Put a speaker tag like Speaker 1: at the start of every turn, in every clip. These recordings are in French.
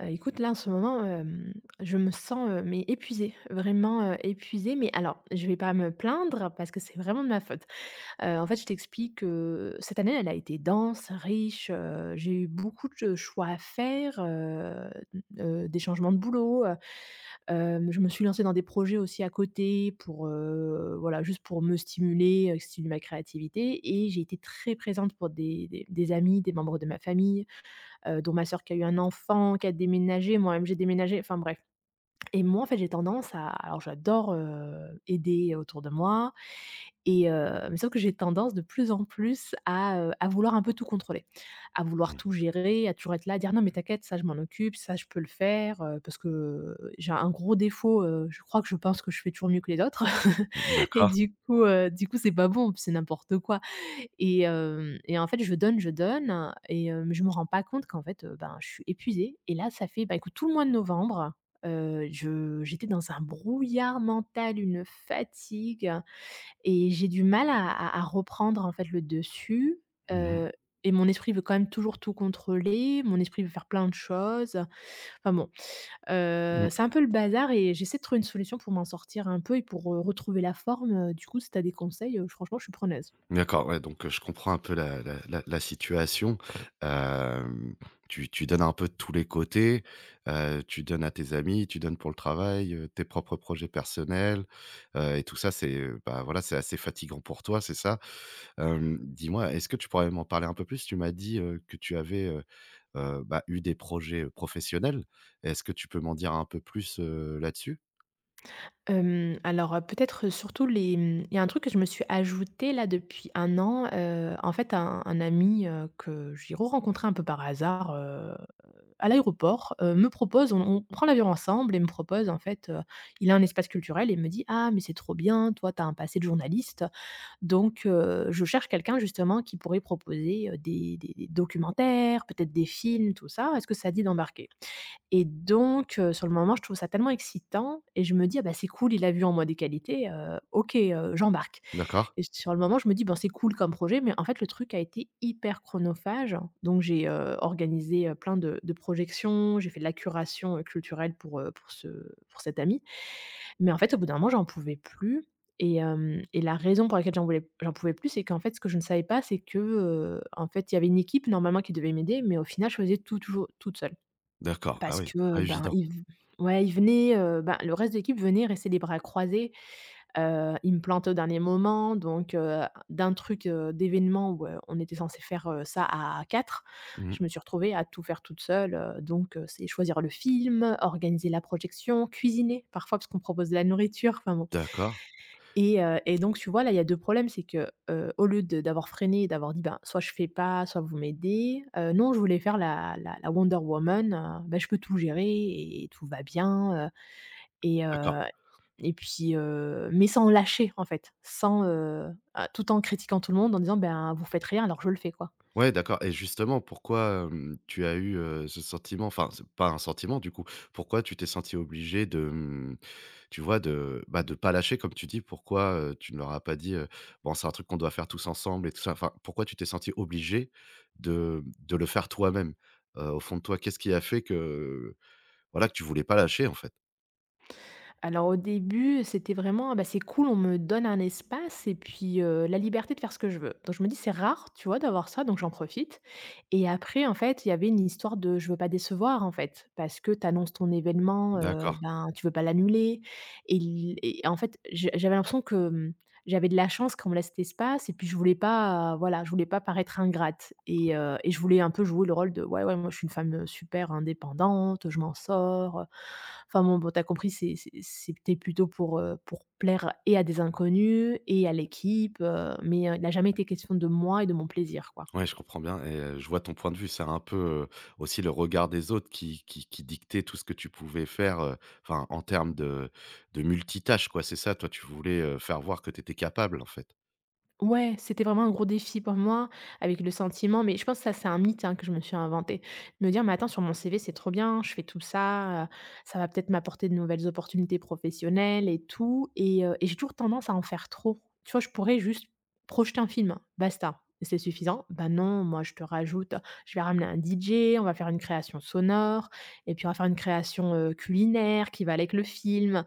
Speaker 1: Écoute, là, en ce moment, je me sens, mais épuisée, vraiment, épuisée. Mais alors, je vais pas me plaindre parce que c'est vraiment de ma faute. En fait, je t'explique, cette année, elle a été dense, riche, j'ai eu beaucoup de choix à faire, d des changements de boulot, je me suis lancée dans des projets aussi à côté pour, voilà, juste pour me stimuler, stimuler ma créativité et j'ai été très présente pour des amis, des membres de ma famille, dont ma sœur qui a eu un enfant, qui a déménagé, moi-même j'ai déménagé, enfin bref. Et moi, en fait, j'ai tendance à alors j'adore, aider autour de moi et mais sauf que j'ai tendance de plus en plus à vouloir un peu tout contrôler, à vouloir
Speaker 2: Mmh.
Speaker 1: tout gérer, à toujours être là, à dire: «Non mais t'inquiète, ça je m'en occupe, ça je peux le faire», parce que, j'ai un gros défaut, je crois que je pense que je fais toujours mieux que les autres et
Speaker 2: D'accord.
Speaker 1: du coup c'est pas bon, c'est n'importe quoi. Et en fait, je donne et je me rends pas compte qu'en fait, ben, je suis épuisée et là, ça fait, bah, écoute, tout le mois de novembre, je j'étais dans un brouillard mental, une fatigue et j'ai du mal à reprendre, en fait, le dessus,
Speaker 2: Mmh.
Speaker 1: heu et mon esprit veut quand même toujours tout contrôler, mon esprit veut faire plein de choses. Enfin bon,
Speaker 2: Mmh.
Speaker 1: c'est un peu le bazar et j'essaie de trouver une solution pour m'en sortir un peu et pour, retrouver la forme, du coup, si tu as des conseils, franchement, je suis preneuse.
Speaker 2: D'accord, ouais, donc, je comprends un peu la situation. Hem, tu donnes un peu de tous les côtés, tu donnes à tes amis, tu donnes pour le travail, tes propres projets personnels, et tout ça, c'est, bah, voilà, c'est assez fatigant pour toi, c'est ça? Dis-moi, est-ce que tu pourrais m'en parler un peu plus? Tu m'as dit, que tu avais, bah, eu des projets, professionnels. Est-ce que tu peux m'en dire un peu plus, là-dessus?
Speaker 1: Alors, peut-être, surtout les, il y a un truc que je me suis ajouté là depuis un an, en fait un ami, que j'ai re-rencontré un peu par hasard, à l'aéroport, me propose on prend l'avion ensemble et me propose en fait, il a un espace culturel et il me dit: «Ah mais c'est trop bien, toi tu as un passé de journaliste, donc je cherche quelqu'un justement qui pourrait proposer, des documentaires, peut-être des films, tout ça, est-ce que ça te dit d'embarquer?» Et donc, sur le moment, je trouve ça tellement excitant et je me dis: «Ah bah, c'est cool, il a vu en moi des qualités, OK, j'embarque»
Speaker 2: D'accord,
Speaker 1: et sur le moment, je me dis: «Ben, c'est cool comme projet» mais en fait, le truc a été hyper chronophage. Donc j'ai, organisé, plein de projections, j'ai fait de la curation, culturelle pour cet ami. Mais en fait, au bout d'un moment, j'en pouvais plus et la raison pour laquelle j'en pouvais plus, c'est qu'en fait, ce que je ne savais pas, c'est que, en fait, il y avait une équipe normalement qui devait m'aider mais au final, je faisais tout toujours toute seule.
Speaker 2: d'accord. Ah
Speaker 1: Parce
Speaker 2: oui,
Speaker 1: que,
Speaker 2: pas
Speaker 1: ben,
Speaker 2: évident.
Speaker 1: ils v ouais, le reste de l'équipe venait rester les bras croisés, ils me plantaient au dernier moment donc d'événement où, on était censé faire, ça à 4,
Speaker 2: Mmh.
Speaker 1: je me suis retrouvée à tout faire toute seule, donc c'est choisir le film, organiser la projection, cuisiner parfois parce qu'on propose de la nourriture, enfin bon.
Speaker 2: D'accord.
Speaker 1: Et donc tu vois, là, il y a 2 problèmes, c'est que, au lieu de d'avoir freiné et d'avoir dit: «Ben, soit je fais pas, soit vous m'aidez», non, je voulais faire la Wonder Woman, ben, je peux tout gérer et tout va bien, et
Speaker 2: D'accord.
Speaker 1: heu et puis, mais sans lâcher, en fait, sans, tout en critiquant tout le monde en disant: «Ben, vous faites rien alors je le fais», quoi.
Speaker 2: Ouais, d'accord et justement, pourquoi, tu as eu, ce sentiment, enfin, c'est pas un sentiment du coup, pourquoi tu t'es senti obligé de, mmh, tu vois, de, bah, de pas lâcher comme tu dis? Pourquoi, tu ne leur as pas dit, «Bon, c'est un truc qu'on doit faire tous ensemble» et tout ça? Enfin, pourquoi tu t'es senti obligé de le faire toi-même? Au fond de toi, qu'est-ce qui a fait que, voilà, que tu voulais pas lâcher en fait?
Speaker 1: Alors au début, c'était vraiment: «Ah bah, c'est cool, on me donne un espace et puis, la liberté de faire ce que je veux». Donc je me dis: «C'est rare, tu vois, d'avoir ça, donc j'en profite» et après, en fait, il y avait une histoire de je veux pas décevoir, en fait, parce que tu annonces ton événement,
Speaker 2: D'accord.
Speaker 1: ben, tu veux pas l'annuler et en fait, je j'avais l'impression que, j'avais de la chance qu'on me laisse cet espace et puis je voulais pas, voilà, je voulais pas paraître ingrate et je voulais un peu jouer le rôle de: «Ouais, ouais, moi je suis une femme, super indépendante, je m'en sors», enfin bon, bon, tu compris, c'était plutôt pour plaire et à des inconnus et à l'équipe, mais il n'a jamais été question de moi et de mon plaisir, quoi.
Speaker 2: Ouais, je comprends bien et je vois ton point de vue. C'est un peu, aussi le regard des autres qui dictait tout ce que tu pouvais faire, enfin, en termes de multitâches, quoi, c'est ça? Toi, tu voulais, faire voir que tu étais capable, en fait?
Speaker 1: Ouais, c'était vraiment un gros défi pour moi, avec le sentiment mais je pense que ça, c'est un mythe, hein, que je me suis inventé. De me dire: «Mais attends, sur mon CV, c'est trop bien, je fais tout ça, ça va peut-être m'apporter de nouvelles opportunités professionnelles et tout» et j'ai toujours tendance à en faire trop. Tu vois? Je pourrais juste projeter un film, basta, c'est suffisant. Bah non, moi, je te rajoute, je vais ramener un DJ, on va faire une création sonore et puis on va faire une création, culinaire qui va aller avec le film.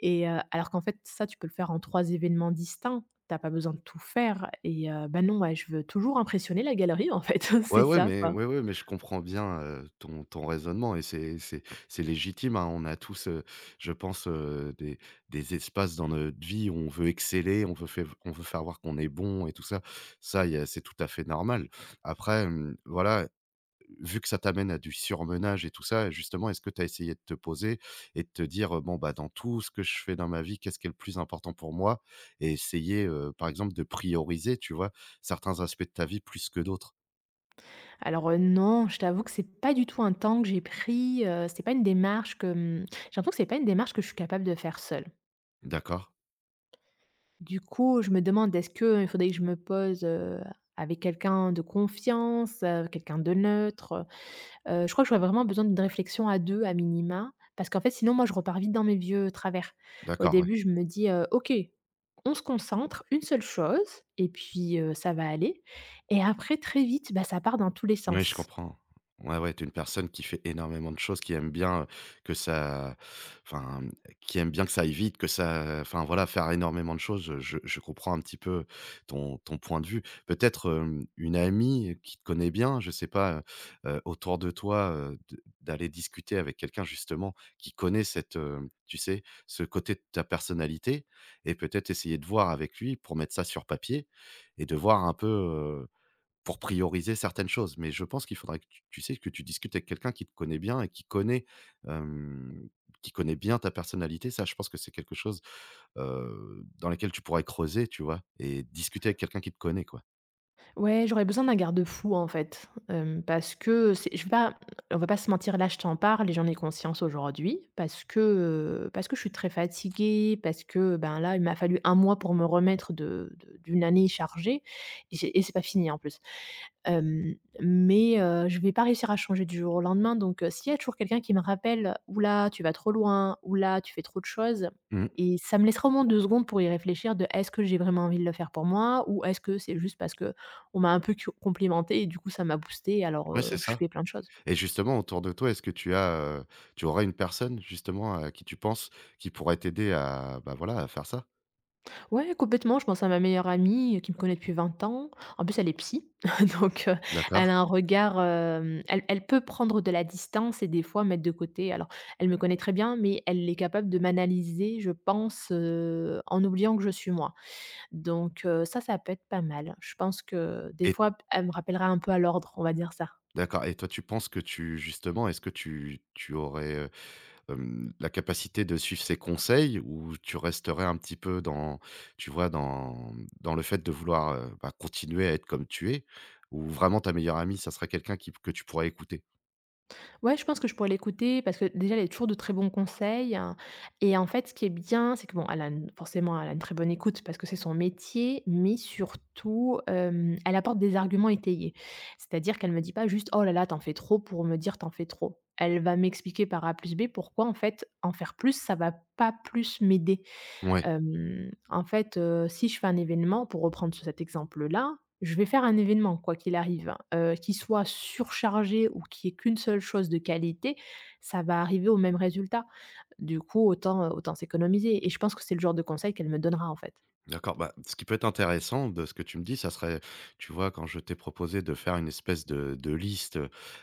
Speaker 1: Et alors qu'en fait, ça, tu peux le faire en 3 événements distincts. T'as pas besoin de tout faire et bah, non, ouais, je veux toujours impressionner la galerie, en fait, c'est ça, quoi.
Speaker 2: Ouais, ouais, mais je comprends bien, ton raisonnement et c'est légitime, hein. On a tous, je pense, des espaces dans notre vie où on veut exceller, on veut faire voir qu'on est bon et tout ça. Ça, y a c'est tout à fait normal. Après, voilà, vu que ça t'amène à du surmenage et tout ça, justement, est-ce que tu as essayé de te poser et de te dire, «Bon, bah, dans tout ce que je fais dans ma vie, qu'est-ce qui est le plus important pour moi?» et essayer, par exemple, de prioriser, tu vois, certains aspects de ta vie plus que d'autres?
Speaker 1: Alors, non, je t'avoue que c'est pas du tout un temps que j'ai pris, c'est pas une démarche que, j'ai l'impression que c'est pas une démarche que je suis capable de faire seule.
Speaker 2: D'accord,
Speaker 1: Du coup, je me demande, est-ce que il faudrait que je me pose, avec quelqu'un de confiance, quelqu'un de neutre? Je crois que j'aurais vraiment besoin d'une réflexion à 2, à minima, parce qu'en fait, sinon moi je repars vite dans mes vieux travers. Au
Speaker 2: d'accord.
Speaker 1: début, je me dis: «OK, on se concentre, une seule chose et puis, ça va aller» et après très vite, bah, ça part dans tous les
Speaker 2: Ouais, je
Speaker 1: sens.
Speaker 2: comprends. Ouais, ouais, t'es une personne qui fait énormément de choses, qui aime bien, que ça enfin, mmh, qui aime bien que ça aille vite, que ça enfin, voilà, faire énormément de choses. Je comprends un petit peu ton point de vue. Peut-être, une amie qui te connaît bien, je sais pas, autour de toi, de d'aller discuter avec quelqu'un justement qui connaît cette, tu sais, ce côté de ta personnalité et peut-être essayer de voir avec lui pour mettre ça sur papier et de voir un peu, pour prioriser certaines choses, mais je pense qu'il faudrait que tu tu sais, que tu discutes avec quelqu'un qui te connaît bien et qui connaît, hem, qui connaît bien ta personnalité. Ça, je pense que c'est quelque chose, dans lequel tu pourrais creuser, tu vois? Et discuter avec quelqu'un qui te connaît, quoi.
Speaker 1: Ouais, j'aurais besoin d'un garde-fou, en fait, parce que c'est je vais pas on va pas se mentir, là, je t'en parle et j'en ai conscience aujourd'hui parce que je suis très fatiguée, parce que, ben, là, il m'a fallu un mois pour me remettre de d'une année chargée et c'est pas fini, en plus. Hem, mais, je vais pas réussir à changer du jour au lendemain donc, s'il y a toujours quelqu'un qui me rappelle: «Ouh là, tu vas trop loin. Ouh là, tu fais trop de choses»
Speaker 2: Mmh.
Speaker 1: et ça me laissera au moins 2 secondes pour y réfléchir de: «Est-ce que j'ai vraiment envie de le faire pour moi? Ou est-ce que c'est juste parce que, on m'a un peu cu complimentée et du coup ça m'a boostée alors,
Speaker 2: Ouais, c'est
Speaker 1: je
Speaker 2: ça.
Speaker 1: fais plein de choses.
Speaker 2: Et justement, autour de toi, est-ce que tu as, tu aurais une personne justement à qui tu penses qui pourrait t'aider à, bah, voilà, à faire ça?
Speaker 1: Ouais, complètement, je pense à ma meilleure amie, qui me connaît depuis 20 ans. En plus, elle est psy, donc,
Speaker 2: D'accord.
Speaker 1: elle a un regard, elle peut prendre de la distance et des fois mettre de côté. Alors, elle me connaît très bien, mais elle est capable de m'analyser, je pense, en oubliant que je suis moi. Donc, ça, ça peut être pas mal. Je pense que des
Speaker 2: Et
Speaker 1: fois, elle me rappellera un peu à l'ordre, on va dire ça.
Speaker 2: d'accord et toi, tu penses que tu justement, est-ce que tu aurais, la capacité de suivre ses conseils ou tu resterais un petit peu dans tu vois, dans dans le fait de vouloir, bah, continuer à être comme tu es? Ou vraiment ta meilleure amie, ça serait quelqu'un qui que tu pourrais écouter?
Speaker 1: Ouais, je pense que je pourrais l'écouter parce que déjà, elle a toujours de très bons conseils, hein et en fait, ce qui est bien, c'est que bon, elle a une forcément, elle a une très bonne écoute parce que c'est son métier, mais surtout, elle apporte des arguments étayés. C'est-à-dire qu'elle me dit pas juste: «Oh là là, t'en fais trop» pour me dire: t'en fais trop». Elle va m'expliquer par A plus B pourquoi en fait, en faire plus, ça va pas plus m'aider.
Speaker 2: Ouais,
Speaker 1: En fait, si je fais un événement, pour reprendre sur cet exemple-là, je vais faire un événement quoi qu'il arrive, qu'il soit surchargé ou qui y ait qu'une seule chose de qualité, ça va arriver au même résultat. Du coup, autant s'économiser et je pense que c'est le genre de conseil qu'elle me donnera, en fait.
Speaker 2: d'accord. Bah, ce qui peut être intéressant de ce que tu me dis, ça serait, tu vois, quand je t'ai proposé de faire une espèce de liste,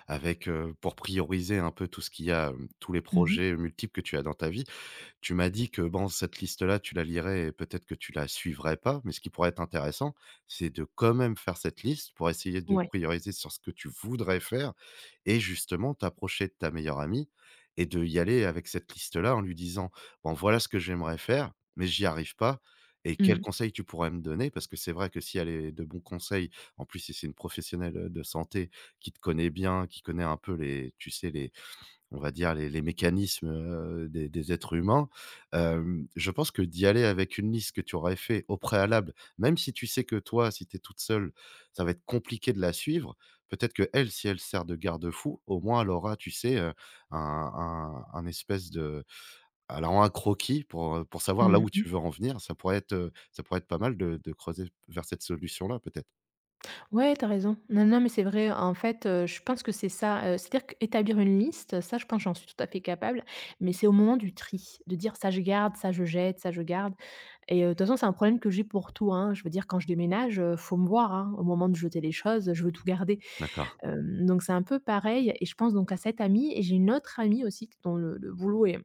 Speaker 2: avec, pour prioriser un peu tout ce qu'il y a, tous les
Speaker 1: Mmh.
Speaker 2: projets multiples que tu as dans ta vie. Tu m'as dit que bon, cette liste-là, tu la lirais et peut-être que tu la suivrais pas, mais ce qui pourrait être intéressant, c'est de quand même faire cette liste pour essayer de
Speaker 1: Ouais.
Speaker 2: prioriser sur ce que tu voudrais faire et justement t'approcher de ta meilleure amie et de y aller avec cette liste-là en lui disant: «Bon, voilà ce que j'aimerais faire, mais j'y arrive pas et quels
Speaker 1: Mmh.
Speaker 2: conseils tu pourrais me donner?» parce que c'est vrai que si elle est de bons conseils, en plus si c'est une professionnelle, de santé qui te connaît bien, qui connaît un peu les tu sais, les on va dire les mécanismes, des êtres humains, je pense que d'y aller avec une liste que tu aurais fait au préalable, même si tu sais que toi, si tu es toute seule, ça va être compliqué de la suivre, peut-être que elle, si elle sert de garde-fou, au moins elle aura, tu sais, un espèce de elle aura un croquis pour savoir là
Speaker 1: Mmh
Speaker 2: où
Speaker 1: mh.
Speaker 2: tu veux en venir. Ça pourrait être pas mal de creuser vers cette solution-là, peut-être.
Speaker 1: Ouais, t'as raison. Non, non, mais c'est vrai, en fait, je pense que c'est ça, c'est-à-dire qu'établir une liste, ça, je pense, que j'en suis tout à fait capable, mais c'est au moment du tri, de dire: «Ça, je garde, ça, je jette, ça, je garde». Et de toute façon, c'est un problème que j'ai pour tout, hein. Je veux dire quand je déménage, faut me voir, hein, au moment de jeter les choses, je veux tout garder.
Speaker 2: D'accord.
Speaker 1: Donc c'est un peu pareil et je pense donc à cette amie et j'ai une autre amie aussi dont le boulot est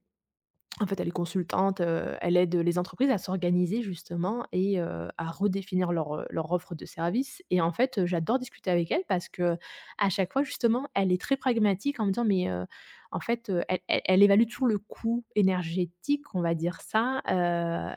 Speaker 1: en fait, elle est consultante, elle aide les entreprises à s'organiser justement et à redéfinir leur offre de service et en fait, j'adore discuter avec elle parce que à chaque fois justement, elle est très pragmatique en me disant: «Mais en fait, elle évalue toujours le coût énergétique, on va dire ça,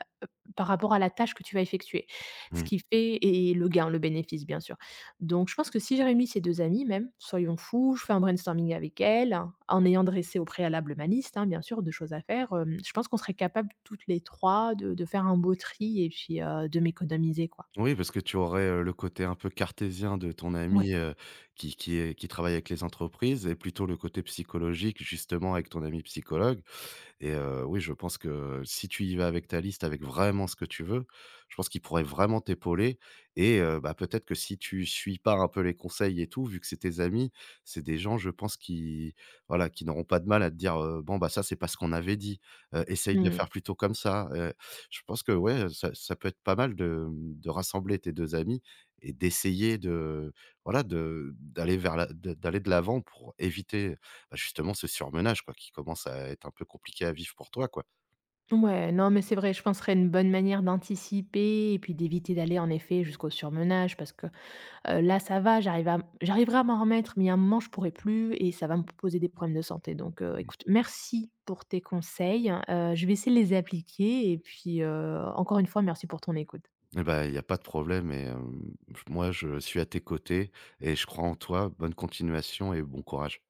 Speaker 1: par rapport à la tâche que tu vas effectuer. Ce qui fait et le gain, le bénéfice, bien sûr. Donc je pense que si j'ai réuni ces 2 amies même, soyons fous, je fais un brainstorming avec elles, hein, en ayant dressé au préalable ma liste, hein, bien sûr, de choses à faire, je pense qu'on serait capable toutes les 3 de faire un beau tri et puis, de m'économiser, quoi.
Speaker 2: Oui, parce que tu aurais, le côté un peu cartésien de ton ami,
Speaker 1: Ouais.
Speaker 2: qui est qui travaille avec les entreprises et plutôt le côté psychologique justement avec ton ami psychologue et oui, je pense que si tu y vas avec ta liste, avec vraiment ce que tu veux, je pense qu'il pourrait vraiment t'épauler et bah, peut-être que si tu suis pas un peu les conseils et tout, vu que c'est tes amis, c'est des gens, je pense, qui voilà, qui n'auront pas de mal à te dire, «Bon, bah, ça, c'est pas ce qu'on avait dit, essaye de
Speaker 1: Mmh.
Speaker 2: faire plutôt comme ça», je pense que, ouais, ça ça peut être pas mal de, mmh, de rassembler tes 2 amis et d'essayer de, voilà, de d'aller vers la de d'aller de l'avant pour éviter bah, justement ce surmenage quoi, qui commence à être un peu compliqué à vivre pour toi quoi.
Speaker 1: Ouais, non, mais c'est vrai, je pense que ce serait une bonne manière d'anticiper et puis d'éviter d'aller en effet jusqu'au surmenage parce que là, ça va, j'arriverai à m'en remettre, mais il y a un moment, je pourrai plus et ça va me poser des problèmes de santé. Donc,
Speaker 2: Mmh.
Speaker 1: écoute, merci pour tes conseils, je vais essayer de les appliquer et puis, encore une fois, merci pour ton écoute.
Speaker 2: Eh bah, il y a pas de problème et moi je suis à tes côtés et je crois en toi. Bonne continuation et bon courage.